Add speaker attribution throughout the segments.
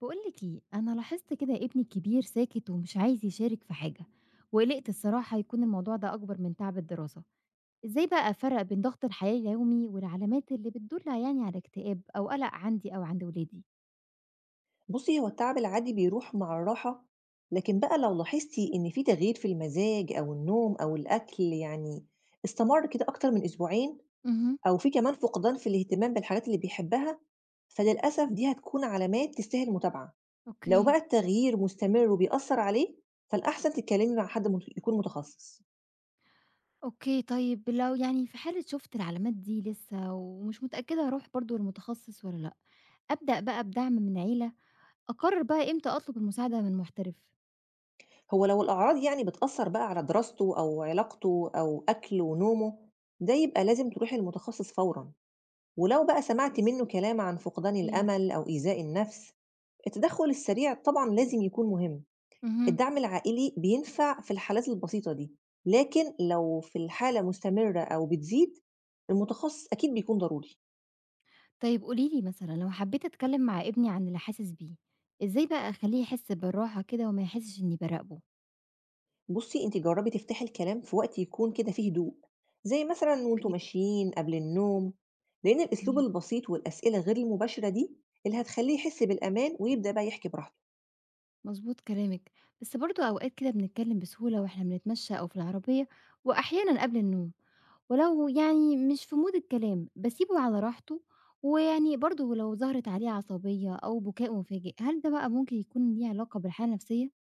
Speaker 1: بقولك ايه، انا لاحظت كده ابني الكبير ساكت ومش عايز يشارك في حاجه، وقلقت الصراحه يكون الموضوع ده اكبر من تعب الدراسه. ازاي بقى افرق بين ضغط الحياه اليومي والعلامات اللي بتدل يعني على اكتئاب او قلق عندي او عند ولادي؟
Speaker 2: بُصّي، هو التعب العادي بيروح مع الراحة، لكن بقى لو لاحظتِ إن في تغيير في المزاج أو النوم أو الأكل يعني استمر كده أكتر من أسبوعين
Speaker 1: امم.
Speaker 2: أو في كمان فقدان في الاهتمام بالحاجات اللي بيحبها، فللأسف دي هتكون علامات تستاهل متابعة. لو
Speaker 1: اوكي.
Speaker 2: بقى التغيير مستمر وبيأثّر عليه، فالأحسن تتكلمي مع حد يكون متخصص.
Speaker 1: اوكي، طيب لو يعني في حالة شفت العلامات دي لسه ومش متأكدة هروح برضو للمتخصص ولا لا، أبدأ بقى بدعم من عيلة، أقرر بقى امتى أطلب المساعدة من محترف؟
Speaker 2: هو لو الأعراض يعني بتأثّر بقى على دراسته أو علاقته أو أكله ونومه، ده يبقى لازم تروحي للمتخصص فورًا. ولو بقى سمعت منه كلام عن فقدان
Speaker 1: اوكي.
Speaker 2: الأمل أو إيذاء النفس، التدخل السريع طبعًا لازم يكون مهم،
Speaker 1: امم.
Speaker 2: الدعم العائلي بينفع في الحالات البسيطة دي، لكن لو في الحالة مستمرة أو بتزيد المتخصص أكيد بيكون ضروري.
Speaker 1: طيب قولي لي مثلًا لو حبيت أتكلّم مع ابني عن اللي حاسس بيه، إزاي بقى أخلّيه يحس بالراحة كده وما يحسش إنّي باراقبه؟
Speaker 2: بُصي أنتِ جربي تفتحي الكلام في وقت يكون كده فيه هدوء، زي مثلًا وأنتم
Speaker 1: أوكي،
Speaker 2: ماشيين قبل النوم، لأن الأسلوب
Speaker 1: تمام.
Speaker 2: البسيط والأسئلة غير المباشرة دي اللي هتخليه يحس بالأمان ويبدأ بقى يحكي براحته.
Speaker 1: مضبوط كلامِك، بس برضه أوقات كده بنتكلّم بسهولة وإحنا بنتمشّى أو في العربية وأحيانًا قبل النوم، ولو يعني مش في مود الكلام باسيبه على راحته، ويعني برضه لو ظهرت عليه عصبية أو بكاء مفاجئ، هل ده بقى ممكن يكون ليه علاقة بالحالة النفسية؟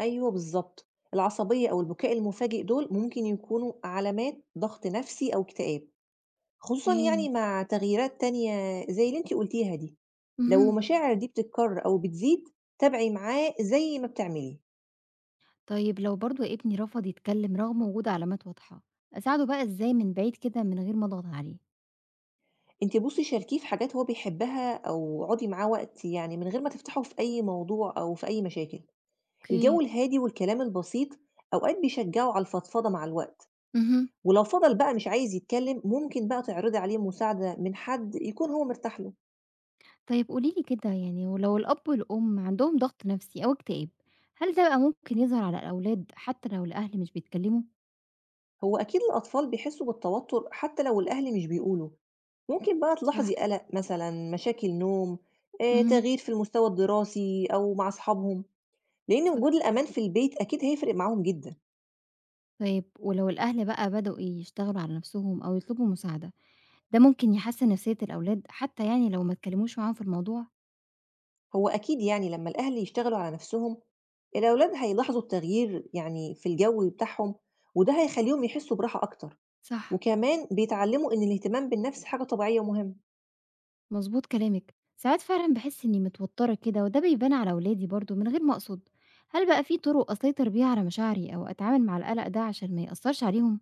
Speaker 2: أيوه بالضبط، العصبية أو البكاء المفاجئ دول ممكن يكونوا علامات ضغط نفسي أو اكتئاب، خصوصًا
Speaker 1: إيه.
Speaker 2: يعني مع تغييرات تانية زي اللي أنتِ قُلتيها دي، لو
Speaker 1: اهم.
Speaker 2: المشاعر دي بتتكرر أو بتزيد تابعي معاه زي ما بتعملي،
Speaker 1: طيب لو برضه ابني رفض يتكلم رغم وجود علامات واضحة، أساعده بقى إزاي من بعيد كده من غير ما أضغط عليه؟
Speaker 2: أنتِ بُصي شاركيه في حاجات هو بيحبها أو اقعدي معاه وقت يعني من غير ما تفتحوا في أي موضوع أو في أي مشاكل،
Speaker 1: اوكي.
Speaker 2: الجو الهادي والكلام البسيط أوقات بيشجعه على الفضفضة مع الوقت،
Speaker 1: اهم.
Speaker 2: ولو فضل بقى مش عايز يتكلم ممكن بقى تعرضي عليه مساعدة من حد يكون هو مرتاح له.
Speaker 1: طيب قولي لي كده يعني ولو الأب والأم عندهم ضغط نفسي أو اكتئاب، هل ده بقى ممكن يظهر على الأولاد حتى لو الأهل مش بيتكلموا؟
Speaker 2: هو أكيد الأطفال بيحسوا بالتوتر حتى لو الأهل مش بيقولوا ممكن بقى
Speaker 1: صح.
Speaker 2: تلاحظي قلق مثلا مشاكل نوم، آه،
Speaker 1: مهم.
Speaker 2: تغيير في المستوى الدراسي أو مع أصحابهم، لأن وجود
Speaker 1: صح.
Speaker 2: الأمان في البيت أكيد هيفرق معاهم جدا.
Speaker 1: طيب ولو الأهل بقى بدأوا يشتغلوا على نفسهم أو يطلبوا مساعدة، ده ممكن يحسن نفسية الأولاد حتى يعني لو ما اتكلموش معاهم في الموضوع؟
Speaker 2: هو أكيد يعني لما الأهل يشتغلوا على نفسهم الأولاد هيلاحظوا التغيير يعني في الجو بتاعهم وده هيخليهم يحسوا براحة أكتر
Speaker 1: صح.
Speaker 2: وكمان بيتعلموا إن الاهتمام بالنفس حاجة طبيعية ومهمة.
Speaker 1: مضبوط كلامِك، ساعات فعلًا باحس إني متوترة كده وده بيبان على ولادي برضه من غير ما أقصد، هل بقى في طرق أسيطر بيها على مشاعري أو أتعامل مع القلق ده عشان ما يأثرش عليهم؟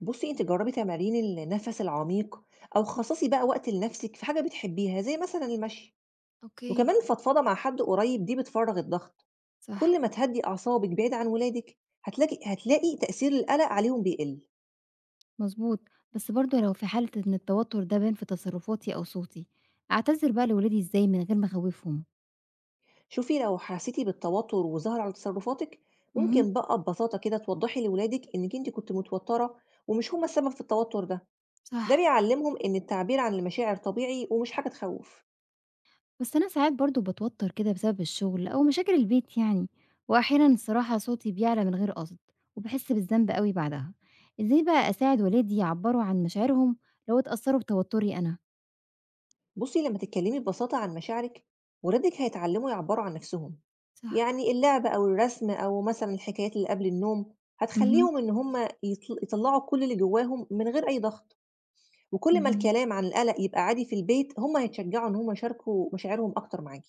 Speaker 2: بصي أنت جربي تمارين النفس العميق أو خصصي بقى وقت لنفسك في حاجة بتحبيها زي مثلا المشي،
Speaker 1: أوكي.
Speaker 2: وكمان الفضفضة مع حد قريب دي بتفرّغ الضغط،
Speaker 1: صح،
Speaker 2: كل ما تهدّي أعصابِك بعيد عن ولادِك هتلاقي تأثير القلق عليهم بيقل.
Speaker 1: مضبوط، بس برضه لو في حالة إن التوتر ده بان في تصرفاتي أو صوتي، أعتذر بقى لولادي إزاي من غير ما أخوفهم؟
Speaker 2: شوفي لو حسيتِ بالتوتر وظهر على تصرفاتِك
Speaker 1: اهم.
Speaker 2: ممكن بقى ببساطة كده توضّحي لولادِك إنِّك أنتِ كنتِ متوترة ومش هُم السبب في التوتر ده، ده
Speaker 1: صح.
Speaker 2: بيعلّمهم إن التعبير عن المشاعر طبيعي ومش حاجة تخوّف.
Speaker 1: بس أنا ساعات برضه باتوتر كده بسبب الشغل أو مشاكل البيت يعني، وأحيانًا الصراحة صوتي بيعلى من غير قصد، وباحس بالذنب أوي بعدها، إزاي بقى أساعد ولادي يعبّروا عن مشاعرهم لو اتأثروا بتوتري أنا؟
Speaker 2: بُصّي، لمّا تتكلمي ببساطة عن مشاعرِك، ولادِك هيتعلموا يعبّروا عن نفسهم،
Speaker 1: صح.
Speaker 2: يعني اللعب أو الرسم أو مثلًا الحكايات اللي قبل النوم،
Speaker 1: اهم،
Speaker 2: هتخلّيهم إن هُم يطلّعوا كل اللي جواهم من غير أي ضغط، وكل ما
Speaker 1: اهم.
Speaker 2: الكلام عن القلق يبقى عادي في البيت، هُم هيتشجعوا إن هُم يشاركوا مشاعرهم أكتر معاكِ.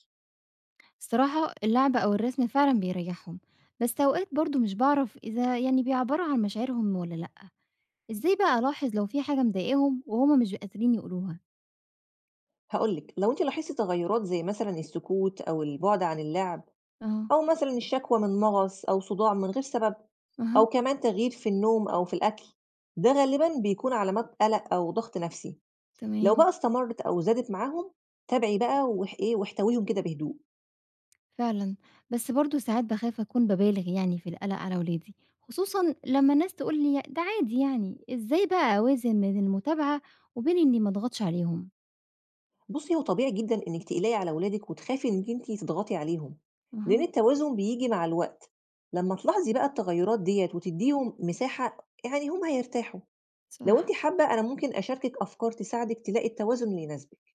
Speaker 1: الصراحة اللعب أو الرسم فعلًا بيريحهم، بس أوقات برضه مش باعرف إذا يعني بيعبّروا عن مشاعرهم والّا لأ، إزاي بقى ألاحظ لو في حاجة مضايقاهم وهُم مش قادرين يقولوها؟
Speaker 2: هاقول لِك، لو أنتِ لاحظتِ تغيرات زي مثلًا السكوت أو البُعد عن اللعب،
Speaker 1: آه.
Speaker 2: أو مثلًا الشكوى من مغص أو صداع من غير سبب، أو
Speaker 1: أها.
Speaker 2: كمان تغيير في النوم أو في الأكل، ده غالبًا بيكون علامات قلق أو ضغط نفسي. لو
Speaker 1: تمام.
Speaker 2: بقى استمرِّت أو زادت معاهم، تابعي بقى إيه، واحتويهم كده بهدوء.
Speaker 1: فعلًا، بس برضه ساعات باخاف أكون بابالغ يعني في القلق على ولادي، خصوصًا لمّا الناس تقول لي ده عادي يعني، إزاي بقى أوازن بين المتابعة وبين إني ما أضغطش عليهم؟
Speaker 2: بُصّي، هو طبيعي جدًا إنِّك تقلقي على ولادِك وتخافي إنِّك أنتِ تضغطي عليهم، لإن
Speaker 1: اها،
Speaker 2: التوازن بييجي مع الوقت. لمّا تلاحظي بقى التغيُّرات ديّة وتدّيهم مساحة، يعني هم هيرتاحوا. لو أنتِ
Speaker 1: صح،
Speaker 2: حابة، أنا ممكن أشاركِك أفكار تساعدِك تلاقي التوازن اللي يناسبِك.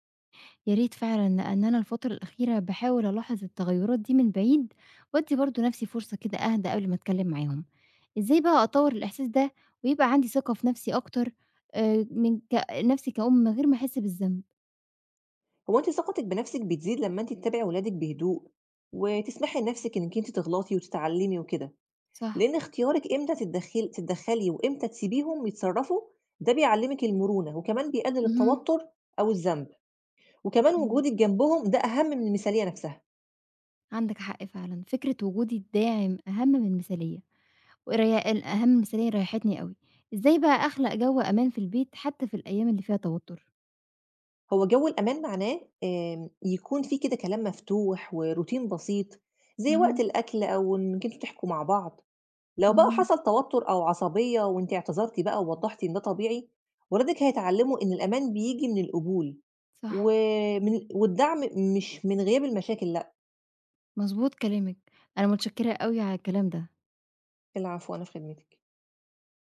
Speaker 1: يا ريت فعلًا لأن أنا الفترة الأخيرة باحاول ألاحظ التغيرات دي من بعيد، وأدّي برضه نفسي فرصة كده أهدى قبل ما أتكلم معاهم، إزاي بقى أطوّر الإحساس ده ويبقى عندي ثقة في نفسي أكتر، من ك نفسي كأم من غير ما أحس بالذنب؟
Speaker 2: هو أنتِ ثقتِك بنفسِك بتزيد لمّا أنتِ تتابعي ولادِك بهدوء وتسمحي لنفسِك إنِّك أنتِ تغلطي وتتعلّمي وكده.
Speaker 1: صح،
Speaker 2: لإن اختيارِك إمتى تتدخّلي وإمتى تسيبيهم يتصرّفوا، ده بيعلّمِك المرونة وكمان بيقلل
Speaker 1: اهم،
Speaker 2: التوتُّر أو الذنب، وكمان
Speaker 1: أوكي.
Speaker 2: وجودِك جنبهم ده أهَم من المثالية نَفْسها.
Speaker 1: عندك حق فعلًا، فكرة وجود الداعم أهم من المثالية، وريا ال أهم من المثالية ريحتني أوي، إزاي بقى أخلق جو أمان في البيت حتى في الأيام اللي فيها توتر؟
Speaker 2: هو جو الأمان معناه يكون في كده كلام مفتوح وروتين بسيط
Speaker 1: أها،
Speaker 2: زي وقت
Speaker 1: اهم.
Speaker 2: الأكل أو إنّك أنتم تحكوا مع بعض. لو بقى
Speaker 1: إمم،
Speaker 2: حصل توتُّر أو عصبية وأنتِ اعتذرتِ بقى ووضّحتِ إن ده طبيعي، ولادِك هيتعلّموا إن الأمان بييجي من القبول
Speaker 1: صح،
Speaker 2: ومن والدعم، مش من غياب المشاكل، لا.
Speaker 1: مضبوط كلامِك، أنا متشكرة أوي على الكلام ده.
Speaker 2: العفو، أنا في خدمتِك.